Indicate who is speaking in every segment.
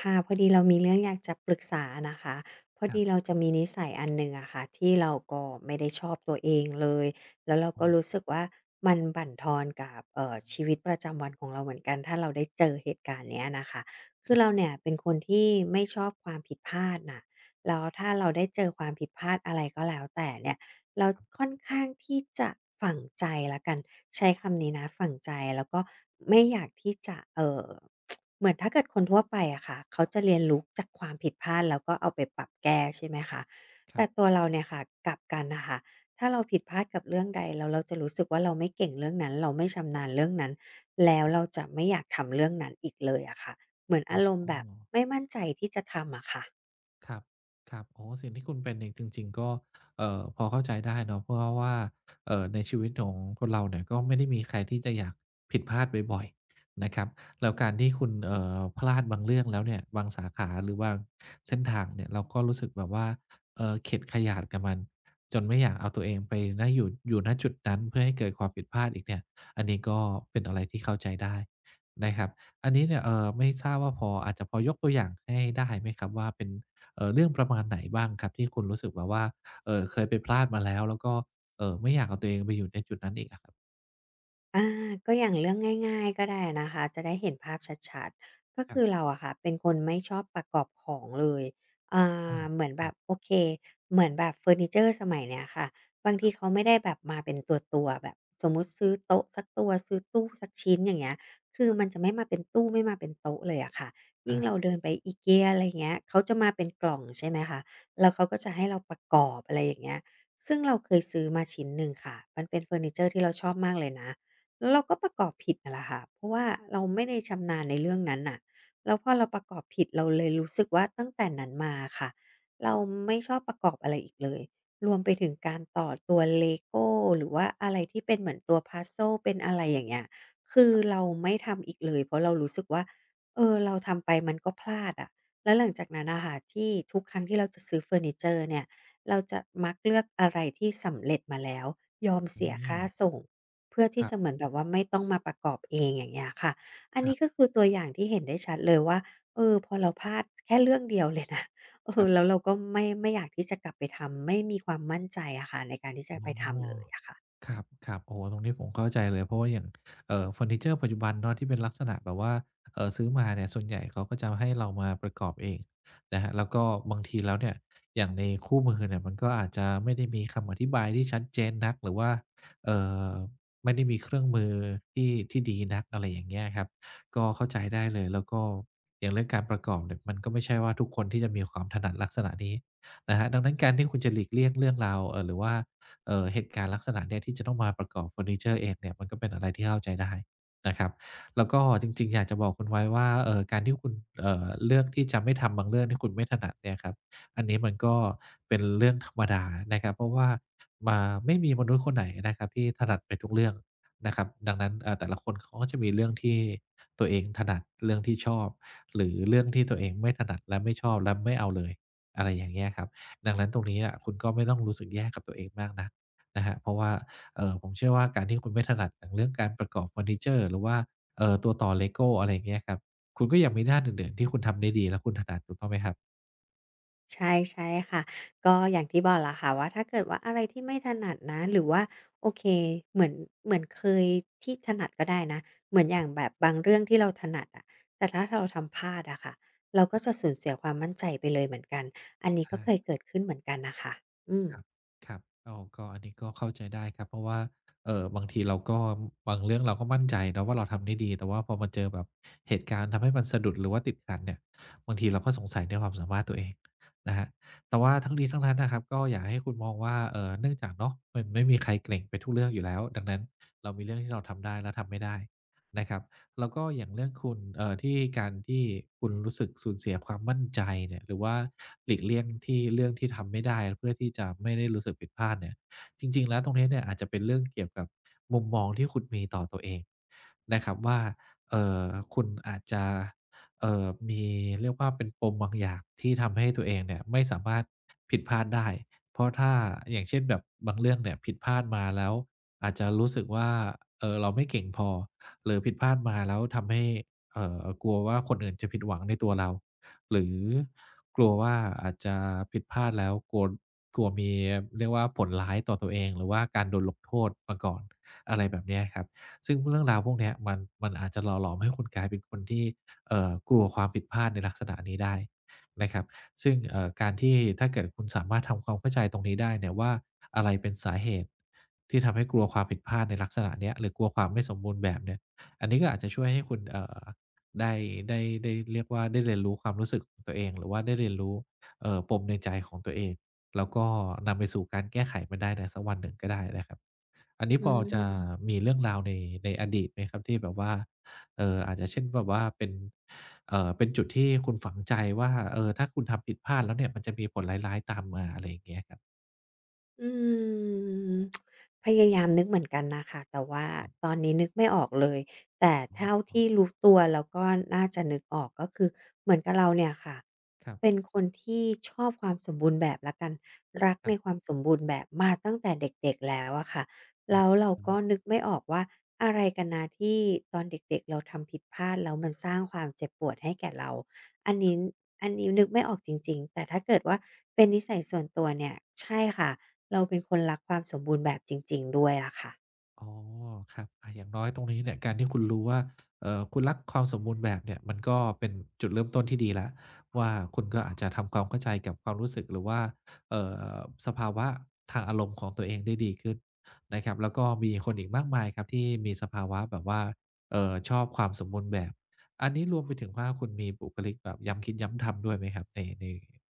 Speaker 1: ค่ะพอดีเรามีเรื่องอยากจะปรึกษานะคะพอ
Speaker 2: ครั
Speaker 1: ดี
Speaker 2: บ
Speaker 1: เราจะมีนิสัยอันหนึ่งอะค่ะที่เราก็ไม่ได้ชอบตัวเองเลยแล้วเรา
Speaker 2: อื
Speaker 1: ก็
Speaker 2: ม
Speaker 1: รู้สึกว่ามันบั่นทอนกับชีวิตประจำวันของเราเหมือนกันถ้าเราได้เจอเหตุการณ์เนี้ยนะคะคือ
Speaker 2: คร
Speaker 1: เราเนี่ยเป็นคนที่ไม่ชอบความผิดพลาดน่ะแล้วถ้าเราได้เจอความผิดพลาดอะไรก็แล้วแต่เนี่ย แล้วค่อนข้างที่จะฝังใจแล้วกันใช้คำนี้นะฝังใจแล้วก็ไม่อยากที่จะเหมือนถ้าเกิดคนทั่วไปอะค่ะเขาจะเรียนรู้จากความผิดพลาดแล้วก็เอาไปปรับแก้ใช่ไหมคะ
Speaker 2: ั
Speaker 1: แต่
Speaker 2: บๆ
Speaker 1: ตัวเราเนี่ยค่ะกลับกันน่ะค่ะถ้าเราผิดพลาดกับเรื่องใดแล้วเราจะรู้สึกว่าเราไม่เก่งเรื่องนั้นเราไม่ชำนาญเรื่องนั้นแล้วเราจะไม่อยากทำเรื่องนั้นอีกเลยอะค่ะเหมือน
Speaker 2: อ๋อ
Speaker 1: อารมณ์
Speaker 2: อ๋อ
Speaker 1: แบบ
Speaker 2: อ๋อ
Speaker 1: ไม่มั่นใจที่จะทำอะค่ะ
Speaker 2: ครับครับอ๋อสิ่งที่คุณเป็นเนี่ยจริงๆก็พอเข้าใจได้เนาะเพราะว่าในชีวิตของคนเราเนี่ยก็ไม่ได้มีใครที่จะอยากผิดพลาดบ่อยๆนะครับแล้วการที่คุณพลาดบางเรื่องแล้วเนี่ยบางสาขาหรือบางเส้นทางเนี่ยเราก็รู้สึกแบบว่าเข็ดขยาดกับมันจนไม่อยากเอาตัวเองไปณอยู่ณจุดนั้นเพื่อให้เกิดความผิดพลาดอีกเนี่ยอันนี้ก็เป็นอะไรที่เข้าใจได้นะครับอันนี้เนี่ยไม่ทราบว่าพอยกตัวอย่างให้ได้ไหมครับว่าเป็น เรื่องประมาณไหนบ้างครับที่คุณรู้สึกแบบว่าเคยไปพลาดมาแล้วแล้วก็ไม่อยากเอาตัวเองไปอยู่ในจุดนั้นอีกอะครับ
Speaker 1: อาก็อย่างเรื่องง่ายๆก็ได้นะคะจะได้เห็นภาพชัดๆก็
Speaker 2: ครั
Speaker 1: คือ
Speaker 2: บ
Speaker 1: เราอะค่ะเป็นคนไม่ชอบประกอบของเลยอ่
Speaker 2: อา
Speaker 1: เหมือน
Speaker 2: ค
Speaker 1: แบ
Speaker 2: รั
Speaker 1: บ
Speaker 2: บ
Speaker 1: โอเคเหมือนแบบเฟอร์นิเชอร์สมัยเนี้ยค่ะบางที
Speaker 2: ๆ
Speaker 1: เขาไม่ได้แบบมาเป็นตัวๆแบบสมมุติซื้อโต๊ะสักตัวซื้อตู้สักชิ้นอย่างเงี้ยคือมันจะไม่มาเป็นตู้ไม่มาเป็นโต๊ะเลยอะค่ะยิ่
Speaker 2: อา
Speaker 1: งเราเดินไป IKEA อะไร่งเงี้ยเขาจะมาเป็นกล่องใช่ไหมคะแล้วเขาก็จะให้เราประกอบอะไรอย่างเงี้ยซึ่งเราเคยซื้อมาชิ้นหนึ่งค่ะมันเป็นเฟอร์นิเชอร์ที่เราชอบมากเลยนะ แล้วเราก็ประกอบผิดน่ะแหละค่ะ เพราะว่าเราไม่ได้ชำนาญในเรื่องนั้นน่ะแล้วพอเราประกอบผิดเราเลยรู้สึกว่าตั้งแต่นั้นมาอะค่ะ เราไม่ชอบประกอบอะไรอีกเลย รวมไปถึงการต่อตัว LEGO หรือว่าอะไรที่เป็นเหมือนตัว puzzle เป็นอะไรอย่างเงี้ยคือเราไม่ทำอีกเลยเพราะเรารู้สึกว่าเออเราทำไปมันก็พลาดอะแล้วหลังจากนั้นน่ะค่ะที่ทุกครั้งที่เราจะซื้อเฟอร์นิเจอร์เนี่ยเราจะมักเลือกอะไรที่สำเร็จมาแล้วยอมเสีย
Speaker 2: อื
Speaker 1: ค่า
Speaker 2: ม
Speaker 1: ส่ง เพื่อ
Speaker 2: ค
Speaker 1: ที่
Speaker 2: รั
Speaker 1: จะเหมือ
Speaker 2: บ
Speaker 1: นแบบว่าไม่ต้องมาประกอบเองอย่างเงี้ยค่ะอั
Speaker 2: ๆ
Speaker 1: น
Speaker 2: ครั
Speaker 1: นี้ก็คือตัวอย่างที่เห็นได้ชัดเลยว่าเออพอเราพลาดแค่เรื่องเดียวเลยนะ เออ
Speaker 2: บ
Speaker 1: แล้วเราก็ไม่อยากที่จะกลับไปทำไม่มีความมั่นใจอะค่ะในการที่จะ
Speaker 2: อ๋
Speaker 1: ไปทำเลย
Speaker 2: อ
Speaker 1: อะค่ะ
Speaker 2: ครับครับโอ้โฮตรงนี้ผมเข้าใจเลย เพราะว่าอย่าง เฟอร์นิเจอร์ปัจจุบันเนาะที่เป็นลักษณะแบบว่าซื้อมาเนี่ยส่วนใหญ่เขาก็จะให้เรามาประกอบเองนะครับแล้วก็บางทีแล้วเนี่ย อย่างในคู่มือเนี่ยมันก็อาจจะไม่ได้มีคำอธิบายที่ชัดเจนนักหรือว่า เอ่อ ไม่ได้มีเครื่องมือที่ดีนักอะไรอย่างเงี้ยครับก็เข้าใจได้เลยแล้วก็อย่างเรื่องการประกอบเนี่ยมันก็ไม่ใช่ว่าทุกคนที่จะมีความถนัดลักษณะนี้นะครับดังนั้นการที่คุณจะหลีกเลี่ยงเรื่องราวหรือว่า เหตุการณ์ลักษณะเนี้ยที่จะต้องมาประกอบเฟอร์นิเจอร์เองเนี่ยมันก็เป็นอะไรที่เข้าใจได้นะครับแล้วก็จริงๆอยากจะบอกคุณไว้ว่าการที่คุณเลือกที่จะไม่ทำบางเรื่องที่คุณไม่ถนัดเนี่ยครับอันนี้มันก็เป็นเรื่องธรรมดานะครับเพราะว่ามาไม่มีมนุษย์คนไหนนะครับที่ถนัดไปทุกเรื่องนะครับดังนั้นแต่ละคนเขาก็จะมีเรื่องที่ตัวเองถนัดเรื่องที่ชอบหรือเรื่องที่ตัวเองไม่ถนัดและไม่ชอบและไม่เอาเลยอะไรอย่างเงี้ยครับดังนั้นตรงนี้อะคุณก็ไม่ต้องรู้สึกแย่กับตัวเองมากนัก นะครับเพราะว่าผมเชื่อว่าการที่คุณไม่ถนัดอย่างเรื่องการประกอบเฟอร์นิเจอร์หรือว่าตัวต่อเลโก้อะไรอย่างเงี้ยครับคุณก็ยังมีด้านอื่นๆที่คุณทำได้ดีและคุณถนัดถูกต้องไหมครับ
Speaker 1: ใช่ใช่ค่ะก็อย่างที่บอกแหละค่ะว่าถ้าเกิดว่าอะไรที่ไม่ถนัดนะหรือว่าโอเคเหมือนเหมือนเคยที่ถนัดก็ได้นะเหมือนอ
Speaker 2: ค
Speaker 1: ย่า
Speaker 2: รั
Speaker 1: งแบ
Speaker 2: บ
Speaker 1: บบางเรื่องที่เราถนัดอะแต่ถ้าเราทำพลาดอะค่ะเราก็จะสูญเสียความมั่นใจไปเลยเหมือนกันอันนี้
Speaker 2: ๆ
Speaker 1: ก็
Speaker 2: อา
Speaker 1: เคยเกิดขึ้นเหมือนกันน่ะค่ะอืม
Speaker 2: ครับครับอ้ก็อันนี้ก็เข้าใจได้ครับเพราะว่าบางทีเราก็บางเรื่องเราก็มั่นใจเนาะว่าเราทำได้ดีแต่ว่าพอมาเจอแบบเหตุการณ์ทำให้มันสะดุดหรือว่าติดขัดเนี่ยบางทีเราก็สงสัยในความสามารถตัวเองนะครับแต่ว่าทั้งนี้ทั้งนั้นนะครับก็อยากให้คุณมองว่าเนื่องจากเนาะมันไม่มีใครเก่งไปทุกเรื่องอยู่แล้วดังนั้นเรามีเรื่องที่เราทำได้และทำไม่ได้นะครับ แล้วก็อย่างเรื่องคุณที่การที่คุณรู้สึกสูญเสียความมั่นใจเนี่ยหรือว่าหลีกเลี่ยงที่เรื่องที่ทำไม่ได้เพื่อที่จะไม่ได้รู้สึกผิดพลาดเนี่ยจริงๆ แล้วตรงนี้เนี่ยอาจจะเป็นเรื่องเกี่ยวกับมุมมองที่คุณมีต่อตัวเองนะครับว่าเอ่อคุณอาจจะมีเรียกว่าเป็นปมบางอย่างที่ทำให้ตัวเองเนี่ยไม่สามารถผิดพลาดได้เพราะถ้าอย่างเช่นแบบบางเรื่องเนี่ยผิดพลาดมาแล้วอาจจะรู้สึกว่าเราไม่เก่งพอ หรือผิดพลาดมาแล้วทำให้กลัวว่าคนอื่นจะผิดหวังในตัวเราหรือกลัวว่าอาจจะผิดพลาดแล้วกลัวกลัวมีเรียกว่าผลร้ายต่อตัวเองหรือว่าการโดนลงโทษมาก่อนอะไรแบบเนี้ยครับซึ่งเรื่องราวพวกเนี้ยมันอาจจะหล่อหลอมให้คุณกลายเป็นคนที่กลัวความผิดพลาดในลักษณะนี้ได้นะครับซึ่งการที่ถ้าเกิดคุณสามารถทำความเข้าใจตรงนี้ได้เนี่ยว่าอะไรเป็นสาเหตุที่ทำให้กลัวความผิดพลาดในลักษณะเนี้ยหรือกลัวความไม่สมบูรณ์แบบเนี่ย อันนี้ก็อาจจะช่วยให้คุณได้ได้เรียกว่าได้เรียนรู้ความรู้สึกของตัวเองหรือว่าได้เรียนรู้ปมในใจของตัวเองแล้วก็นำไปสู่การแก้ไขมันได้ในสักวันหนึ่งก็ได้นะครับอันนี้
Speaker 1: อื
Speaker 2: พอจะ
Speaker 1: ม
Speaker 2: มีเรื่องราวในอดีตไหมครับที่แบบว่าเอออาจจะเช่นแบบว่าเป็นเป็นจุดที่คุณฝังใจว่าเออถ้าคุณทำผิดพลาดแล้วเนี่ยมันจะมีผลร้ายๆตามมาอะไรอย่างเงี้ยครับ
Speaker 1: อืมพยายามนึกเหมือนกันนะค่ะแต่ว่า
Speaker 2: ครั
Speaker 1: ตอ
Speaker 2: บ
Speaker 1: นนี้นึกไม่ออกเลยแต่
Speaker 2: อ๋อ
Speaker 1: เท่าที่รู้ตัวแล้วก็น่าจะนึกออกก็คือเหมือนกับเราเนี่ยค่ะ
Speaker 2: ครั
Speaker 1: เป็
Speaker 2: บ
Speaker 1: นคนที่ชอบความสมบูรณ์แบบละกันรัก
Speaker 2: ๆ
Speaker 1: ในความสมบูรณ์แบบมาตั้งแต่เด็กๆแล้วอะค่ะ
Speaker 2: อ๋
Speaker 1: แล้ว
Speaker 2: อ
Speaker 1: เราก็นึกไม่ออกว่าอะไรกันนะที่ตอนเด็กๆเราทำผิดพลาดแล้วมันสร้างความเจ็บปวดให้แก่เราอันนี้อันนี้นึกไม่ออกจริงๆแต่ถ้าเกิดว่าเป็นนิสัยส่วนตัวเนี่ยใช่ค่ะ เราเป็นคนรักความสมบูรณ์แบบจริงๆ ด้วยอะค่ะ
Speaker 2: อ๋อครับอาอย่างน้อยตรงนี้เนี่ยการที่คุณรู้ว่าคุณรักความสมบูรณ์แบบเนี่ยมันก็เป็นจุดเริ่มต้นที่ดีแล้วว่าคุณก็อาจจะทำความเข้าใจกับความรู้สึกหรือว่าเอ่อสภาวะทางอารมณ์ของตัวเองได้ดีขึ้นนะครับแล้วก็มีคนอีกมากมายครับที่มีสภาวะแบบว่าชอบความสมบูรณ์แบบอันนี้รวมไปถึงว่าคุณมีบุคลิกแบบย้ำคิดย้ำทำด้วยไหมครับใน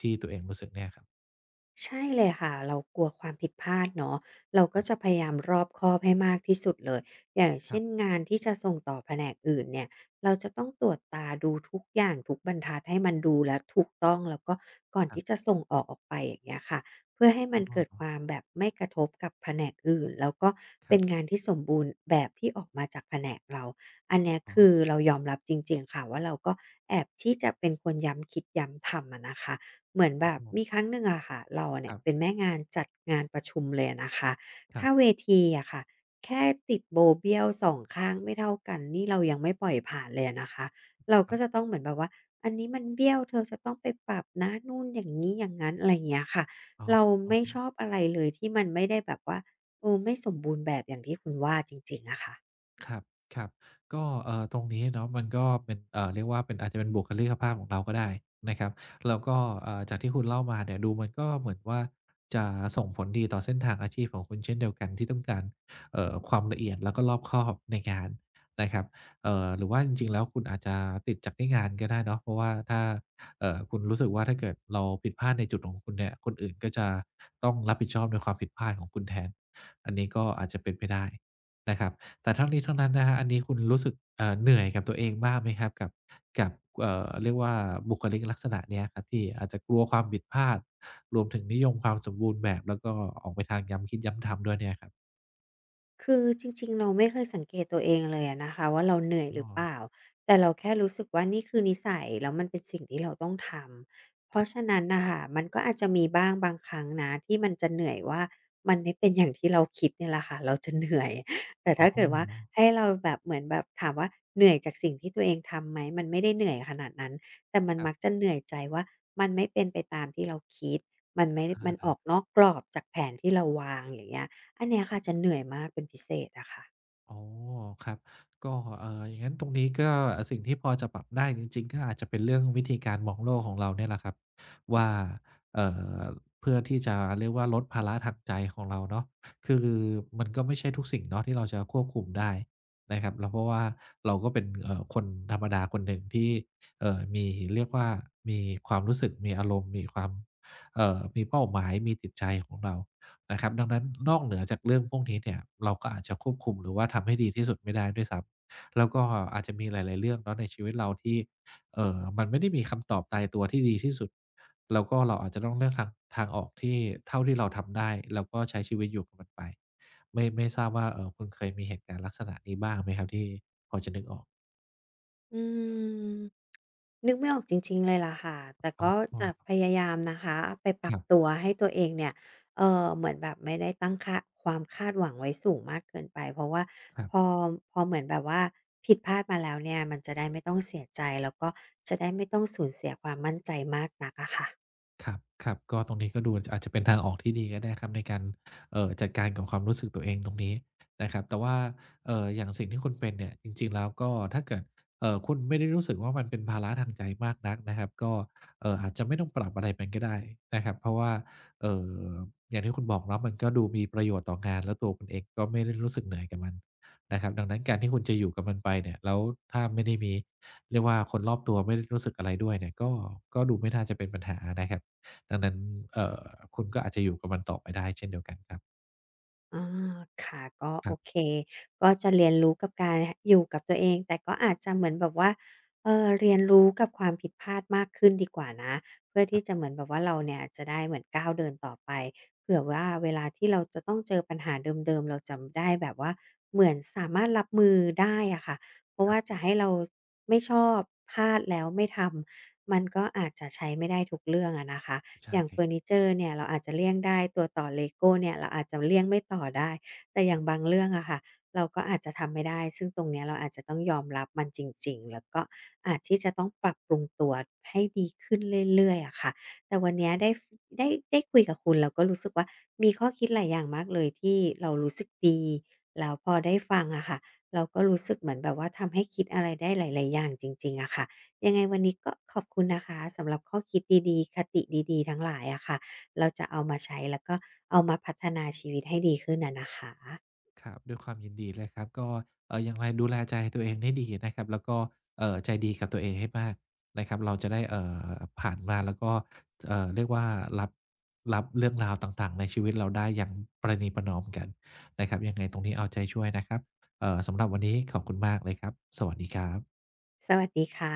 Speaker 2: ที่ตัวเองรู้สึกเนี่ยครับ
Speaker 1: ใช่เลยค่ะเรากลัวความผิดพลาดเนาะเราก็จะพ
Speaker 2: ค
Speaker 1: ยายามรอบคอบให้มากที่สุดเลยอย่างเช่
Speaker 2: รั
Speaker 1: นงานที่จะส่งต่อแผนกอื่นเนี่ยเราจะต้องตรวจตาดูทุกอย่างทุกบรรทัดให้มันดูแล้วถูกต้องแล้วก็ก่อน
Speaker 2: บๆ
Speaker 1: ที่จะ
Speaker 2: ๆ
Speaker 1: ส่งออกไปอย่างเงี้ยค่ะเพื่อให้มั
Speaker 2: อ๋
Speaker 1: นเกิดค
Speaker 2: อ
Speaker 1: วามแบบไม่กระทบกับแผนกอื่นแล้วก็
Speaker 2: ค
Speaker 1: เป็
Speaker 2: รั
Speaker 1: น
Speaker 2: บ
Speaker 1: งานที่สมบูรณ์แบบที่ออกมาจากแผนกเราอันเนี้ย
Speaker 2: อ๋
Speaker 1: คือ
Speaker 2: อ
Speaker 1: เรายอมรับจริงๆค่ะว่าเราก็แอบที่จะเป็นคนย้ำคิดย้ำทำอะนะคะ เหมือนแบบมีครั้งหนึ่งอะค่ะเรา
Speaker 2: ค
Speaker 1: เนี่ย
Speaker 2: รั
Speaker 1: เป็น
Speaker 2: บ
Speaker 1: แม่งานจัดงานประชุมเลยนะคะ
Speaker 2: ครั
Speaker 1: ถ้าเว
Speaker 2: บ
Speaker 1: ทีอะค่ะแค่ติดโบว์เบี้ยว2ข้างไม่เท่ากันนี่เรายังไม่ปล่อยผ่านเลยนะคะเรา
Speaker 2: ค
Speaker 1: ก็
Speaker 2: รั
Speaker 1: จะ
Speaker 2: บ
Speaker 1: ต้องเหมือนแบบว่าอันนี้มันเบี้ยวเธอจะต้องไปปรับนะนู่นอย่างนี้อย่างนั้นอะไรอย่างเงี้ยค่ะ
Speaker 2: อ๋อ
Speaker 1: เราไม่ชอบอะไรเลยที่มันไม่ได้แบบว่าเออไม่สมบูรณ์แบบอย่างที่คุณว่าจริงๆอะค่ะ
Speaker 2: ครับ ครับ ก็ตรงนี้เนาะมันก็เป็นเรียกว่าเป็นอาจจะเป็นบุคลิกภาพของเราก็ได้นะครับแล้วก็จากที่คุณเล่ามาเนี่ยดูมันก็เหมือนว่าจะส่งผลดีต่อเส้นทางอาชีพของคุณเช่นเดียวกันที่ต้องการความละเอียดแล้วก็รอบคอบในงานนะครับหรือว่าจริงๆแล้วคุณอาจจะติดจากที่งานก็ได้เนาะเพราะว่าถ้าคุณรู้สึกว่าถ้าเกิดเราผิดพลาดในจุดของคุณเนี่ยคนอื่นก็จะต้องรับผิดชอบในความผิดพลาดของคุณแทนอันนี้ก็อาจจะเป็นไปได้นะครับ แต่ทั้งนี้ทั้งนั้นนะครับอันนี้คุณรู้สึกเหนื่อยกับตัวเองบ้างไหมครับ กับกับเรียกว่าบุคลิกลักษณะเนี้ยครับ ที่อาจจะกลัวความผิดพลาดรวมถึงนิยมความสมบูรณ์แบบ แล้วก็ออกไปทางย้ำคิดย้ำทำด้วยเนี่ยครับ
Speaker 1: คือจริงๆเราไม่เคยสังเกตตัวเองเลยอะนะคะว่าเราเหนื่อยห
Speaker 2: อ๋
Speaker 1: รื
Speaker 2: อ
Speaker 1: อเปล่าแต่เราแค่รู้สึกว่านี่คือนิสัยแล้วมันเป็นสิ่งที่เราต้องทำเพ
Speaker 2: ค
Speaker 1: ราะ
Speaker 2: รั
Speaker 1: ฉะ
Speaker 2: บ
Speaker 1: นั้นน่ะค่ะมันก็อาจจะมีบ้างบางครั้งนะที่มันจะเหนื่อยว่ามันไม่เป็นอย่างที่เราคิดเนี่ยแหละค่ะเราจะเหนื่อย แต่ถ้า
Speaker 2: อ๋อ
Speaker 1: เกิดว่าให้เราแบบเหมือนแบบถามว่าเหนื่อยจากสิ่งที่ตัวเองทำไหมมันไม่ได้เหนื่อยขนาดนั้นแต่มัน
Speaker 2: ครั
Speaker 1: มักจะ
Speaker 2: บ
Speaker 1: เหนื่อยใจว่ามันไม่เป็นไปตามที่เราคิดมันไม่
Speaker 2: อ
Speaker 1: มันออก
Speaker 2: า
Speaker 1: นอกกรอบจากแผนที่เราวางอย่างเงี้ย อันเนี้ยค่ะจะเหนื่อยมากเป็นพิเศษอะค่ะ
Speaker 2: อ๋อครับก็อย่างงั้นตรงนี้ก็สิ่งที่พอจะปรับได้จริงๆก็อาจจะเป็นเรื่องวิธีการมองโลกของเราเนี่ยแหละครับว่าเอ่อเพื่อที่จะเรียกว่าลดภาระทางใจของเราเนาะคือมันก็ไม่ใช่ทุกสิ่งเนาะที่เราจะควบคุมได้นะครับแล้วเพราะว่าเราก็เป็นคนธรรมดาคนหนึ่งที่มีเรียกว่ามีความรู้สึกมีอารมณ์มีความมีเป้าหมายมีจิตใจของเรา นะครับดังนั้นนอกเหนือจากเรื่องพวกนี้เนี่ยเราก็อาจจะควบคุมหรือว่าทำให้ดีที่สุดไม่ได้ด้วยซ้ำแล้วก็อาจจะมีหลายๆเรื่องเนาะในชีวิตเราที่มันไม่ได้มีคำตอบตายตัวที่ดีที่สุดแล้วก็เราอาจจะต้องเลือกทางออกที่เท่าที่เราทำได้แล้วก็ใช้ชีวิตอยู่กับมันไปไม่ทราบว่าคุณเคยมีเหตุการณ์ลักษณะนี้บ้างไหมครับที่พอจะนึกออก
Speaker 1: อืมนึกไม่ออกจริงๆเลยล่ะค่ะแต่
Speaker 2: อ๋
Speaker 1: ก็จะ
Speaker 2: อ
Speaker 1: พยายามนะคะไปป
Speaker 2: ค
Speaker 1: รับ
Speaker 2: รับ
Speaker 1: ตัวให้ตัวเองเนี่ยเออเหมือนแบบไม่ได้ตั้งค่าความคาดหวังไว้สูงมากเกินไปเพราะว่า
Speaker 2: ครั
Speaker 1: พอ
Speaker 2: บ
Speaker 1: พอเหมือนแบบว่าผิดพลาดมาแล้วเนี่ยมันจะได้ไม่ต้องเสียใจแล้วก็จะได้ไม่ต้องสูญเสียความมั่นใจมากนักอะค่ะ
Speaker 2: ครับครับก็ตรงนี้ก็ดูอาจจะเป็นทางออกที่ดีก็ได้ครับในการจัดการกับความรู้สึกตัวเองตรงนี้นะครับแต่ว่าอย่างสิ่งที่คุณเป็นเนี่ยจริงๆแล้วก็ถ้าเกิดคุณไม่ได้รู้สึกว่ามันเป็นภาระทางใจมากนักนะครับก็อาจจะไม่ต้องปรับอะไรมันก็ได้นะครับเพราะว่าเอ่ออย่างที่คุณบอกเนาะมันก็ดูมีประโยชน์ต่องานแล้วตัวคุณเองก็ไม่ได้รู้สึกเหนื่อยกับมันนะครับดังนั้นการที่คุณจะอยู่กับมันไปเนี่ยแล้วถ้าไม่ได้มีเรียกว่าคนรอบตัวไม่ได้รู้สึกอะไรด้วยเนี่ยก็ดูไม่น่าจะเป็นปัญหานะครับ ดังนั้นเอ่อคุณก็อาจจะอยู่กับมันต่อไปได้เช่นเดียวกันครับ
Speaker 1: อาค่ะ ก็
Speaker 2: ค
Speaker 1: โอ
Speaker 2: รั
Speaker 1: เค
Speaker 2: บ
Speaker 1: ก็จะเรียนรู้กับการอยู่กับตัวเอง แต่ก็อาจจะเหมือนแบบว่าเรียนรู้กับความผิดพลาดมากขึ้นดีกว่านะ เพื่อที่จะเหมือนแบบว่าเราเนี่ยจะได้เหมือนก้าวเดินต่อไปเผื่อว่าเวลาที่เราจะต้องเจอปัญหาเดิมๆเราจำได้แบบว่า เหมือนสามารถรับมือได้อะค่ะ เพราะว่าจะให้เราไม่ชอบพลาดแล้วไม่ทำ มันก็อาจจะใช้ไม่ได้ทุกเรื่องอะนะคะ อ
Speaker 2: ใช่
Speaker 1: ย่าง
Speaker 2: ค
Speaker 1: เฟอร์
Speaker 2: รั
Speaker 1: นิ
Speaker 2: บ
Speaker 1: เจอร์เนี่ยเราอาจจะเลี่ยงได้ตัวต่อเลโก้เนี่ยเราอาจจะเลี่ยงไม่ต่อได้แต่อย่างบางเรื่องอะค่ะเราก็อาจจะทำไม่ได้ซึ่งตรงเนี้ยเราอาจจะต้องยอมรับมันจริงๆแล้วก็อาจที่จะต้องปรับปรุงตัวให้ดีขึ้นเรื่อยๆอะค่ะแต่วันเนี้ยได้ฟได้ได้คุยกับคุณเราก็รู้สึกว่ามีข้อคิดหลายอย่างมากเลยที่เรารู้สึกดีแล้วพอได้ฟังอะค่ะเราก็รู้สึกเหมือนแบบว่าทำให้คิดอะไรได้หลายๆอย่างจริงๆอะค่ะ ยังไงวันนี้ก็ขอบคุณนะคะสำหรับข้อคิดดีๆคติดีๆทั้งหลายอะค่ะเราจะเอามาใช้แล้วก็เอามาพัฒนาชีวิตให้ดีขึ้นอะนะคะ
Speaker 2: ครับด้วยความยินดีเลยครับก็อย่างไรดูแลใจตัวเองให้ดีนะครับแล้วก็ใจดีกับตัวเองให้มากนะครับเราจะได้ผ่านมาแล้วก็เรียกว่ารับเรื่องราวต่างๆในชีวิตเราได้อย่างประนีประนอมกันนะครับยังไงตรงนี้เอาใจช่วยนะครับสำหรับวันนี้ขอบคุณมากเลยครับ สวัสดีครับ
Speaker 1: สวัสดีค่ะ